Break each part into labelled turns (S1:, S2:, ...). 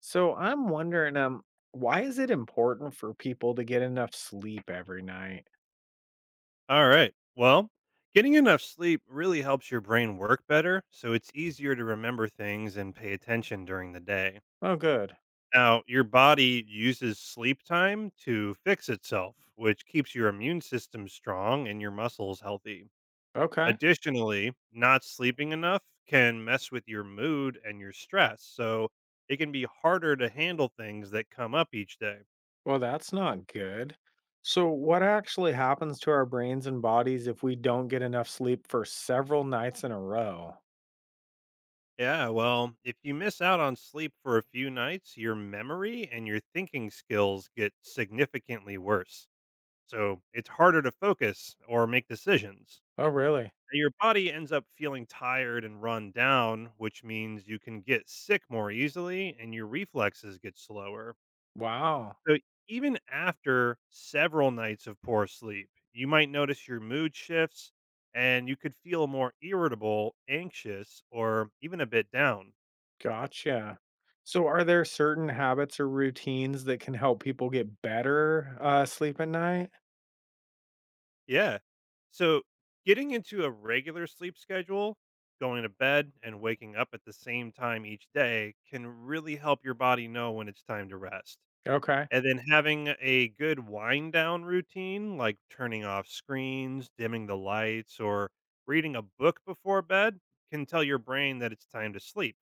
S1: So I'm wondering, why is it important for people to get enough sleep every night?
S2: All right. Well, getting enough sleep really helps your brain work better, so it's easier to remember things and pay attention during the day.
S1: Oh, good.
S2: Now, your body uses sleep time to fix itself, which keeps your immune system strong and your muscles healthy.
S1: Okay.
S2: Additionally, not sleeping enough can mess with your mood and your stress, so it can be harder to handle things that come up each day.
S1: Well, that's not good. So, what actually happens to our brains and bodies if we don't get enough sleep for several nights in a row?
S2: Yeah, well, if you miss out on sleep for a few nights, your memory and your thinking skills get significantly worse. So it's harder to focus or make decisions.
S1: Oh, really?
S2: Your body ends up feeling tired and run down, which means you can get sick more easily and your reflexes get slower.
S1: Wow.
S2: So even after several nights of poor sleep, you might notice your mood shifts and you could feel more irritable, anxious, or even a bit down.
S1: Gotcha. So, are there certain habits or routines that can help people get better sleep at night?
S2: Yeah. So getting into a regular sleep schedule, going to bed and waking up at the same time each day can really help your body know when it's time to rest.
S1: Okay.
S2: And then having a good wind down routine, like turning off screens, dimming the lights, or reading a book before bed, can tell your brain that it's time to sleep.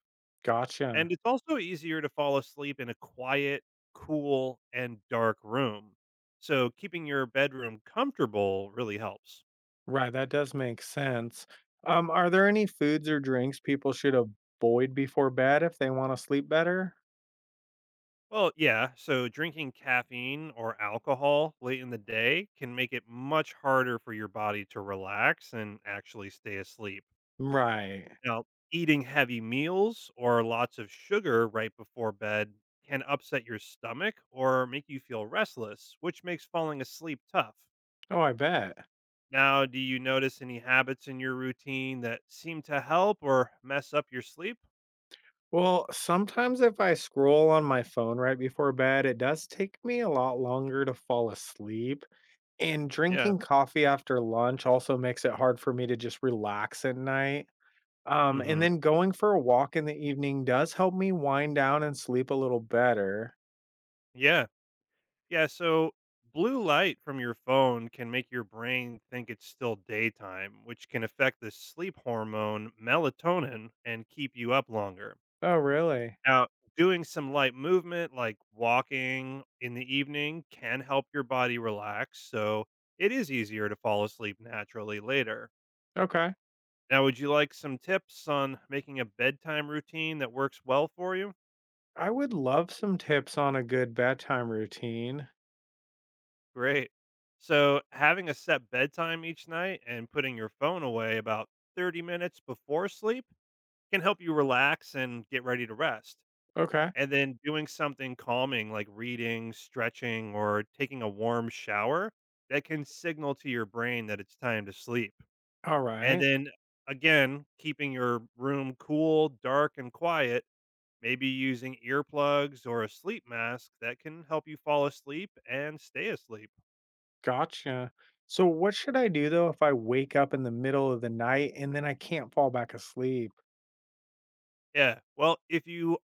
S2: And
S1: Gotcha.
S2: it's also easier to fall asleep in a quiet, cool, and dark room. So keeping your bedroom comfortable really helps.
S1: Right, that does make sense. Are there any foods or drinks people should avoid before bed if they want to sleep better?
S2: Well, yeah. So drinking caffeine or alcohol late in the day can make it much harder for your body to relax and actually stay asleep.
S1: Right.
S2: Now, eating heavy meals or lots of sugar right before bed can upset your stomach or make you feel restless, which makes falling asleep tough.
S1: Oh, I bet.
S2: Now, do you notice any habits in your routine that seem to help or mess up your sleep?
S1: Well, sometimes if I scroll on my phone right before bed, it does take me a lot longer to fall asleep. And
S2: Yeah.
S1: drinking coffee after lunch also makes it hard for me to just relax at night. And
S2: Mhm.
S1: then going for a walk in the evening does help me wind down and sleep a little better.
S2: Yeah. Yeah, so blue light from your phone can make your brain think it's still daytime, which can affect the sleep hormone melatonin and keep you up longer.
S1: Oh, really?
S2: Now, doing some light movement like walking in the evening can help your body relax, so it is easier to fall asleep naturally later.
S1: Okay.
S2: Now, would you like some tips on making a bedtime routine that works well for you?
S1: I would love some tips on a good bedtime routine.
S2: Great. So, having a set bedtime each night and putting your phone away about 30 minutes before sleep can help you relax and get ready to rest.
S1: Okay.
S2: And then doing something calming like reading, stretching, or taking a warm shower that can signal to your brain that it's time to sleep.
S1: All
S2: And
S1: right.
S2: then again, keeping your room cool, dark, and quiet, maybe using earplugs or a sleep mask that can help you fall asleep and stay asleep.
S1: Gotcha. So, what should I do though if I wake up in the middle of the night and then I can't fall back asleep?
S2: Yeah. Well, if you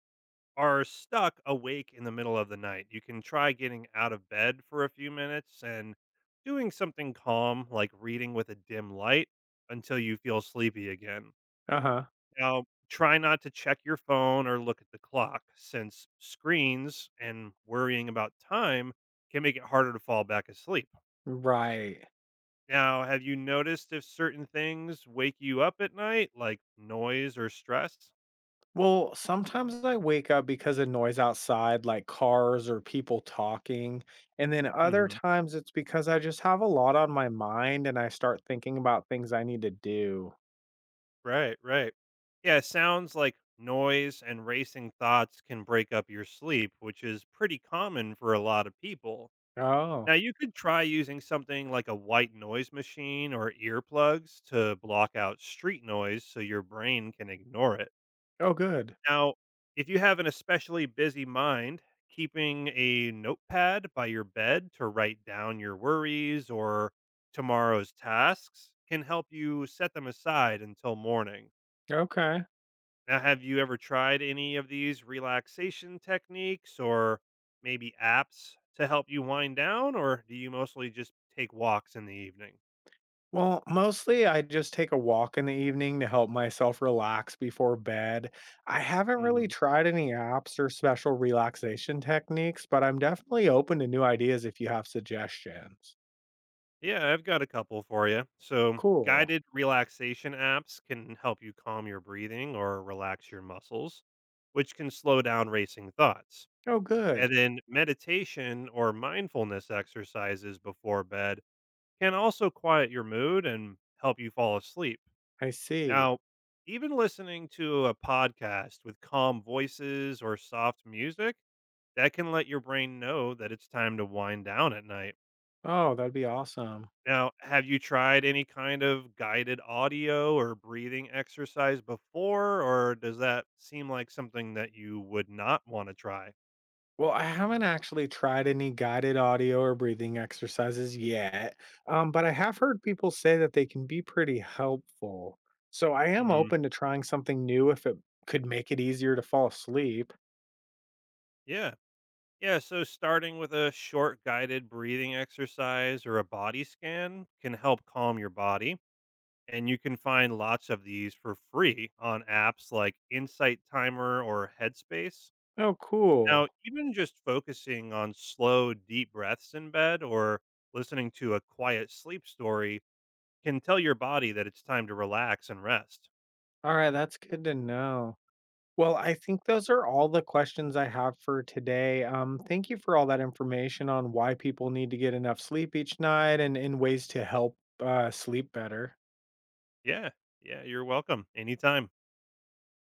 S2: are stuck awake in the middle of the night, you can try getting out of bed for a few minutes and doing something calm, like reading with a dim light, until you feel sleepy again.
S1: Uh huh.
S2: Now, try not to check your phone or look at the clock, since screens and worrying about time can make it harder to fall back asleep.
S1: Right.
S2: Now, have you noticed if certain things wake you up at night, like noise or stress?
S1: Well, sometimes I wake up because of noise outside, like cars or people talking. And then other
S2: Mhm.
S1: times it's because I just have a lot on my mind and I start thinking about things I need to do.
S2: Right. Yeah, sounds like noise and racing thoughts can break up your sleep, which is pretty common for a lot of people.
S1: Oh,
S2: Now, you could try using something like a white noise machine or earplugs to block out street noise so your brain can ignore it.
S1: oh, good.
S2: Now, if you have an especially busy mind, keeping a notepad by your bed to write down your worries or tomorrow's tasks can help you set them aside until morning.
S1: Okay.
S2: Now, have you ever tried any of these relaxation techniques or maybe apps to help you wind down, or do you mostly just take walks in the evening?
S1: Well, mostly I just take a walk in the evening to help myself relax before bed. I haven't really
S2: hmm
S1: tried any apps or special relaxation techniques, but I'm definitely open to new ideas if you have suggestions.
S2: Yeah, I've got a couple for you. So,
S1: Cool.
S2: guided relaxation apps can help you calm your breathing or relax your muscles, which can slow down racing thoughts.
S1: Oh,
S2: And
S1: good.
S2: then, meditation or mindfulness exercises before bed can also quiet your mood and help you fall asleep.
S1: I see.
S2: Now, even listening to a podcast with calm voices or soft music, that can let your brain know that it's time to wind down at night.
S1: Oh, that'd be awesome.
S2: Now, have you tried any kind of guided audio or breathing exercise before, or does that seem like something that you would not want to try?
S1: Well, I haven't actually tried any guided audio or breathing exercises yet, but I have heard people say that they can be pretty helpful. So I am
S2: Mm,
S1: open to trying something new if it could make it easier to fall asleep.
S2: yeah. Yeah, so starting with a short guided breathing exercise or a body scan can help calm your body. And you can find lots of these for free on apps like Insight Timer or Headspace.
S1: Oh,
S2: Now,
S1: cool.
S2: even just focusing on slow, deep breaths in bed or listening to a quiet sleep story can tell your body that it's time to relax and rest.
S1: All right, that's good to know. Well, I think those are all the questions I have for today. Thank you for all that information on why people need to get enough sleep each night and, ways to help sleep better.
S2: Yeah, yeah, you're welcome anytime.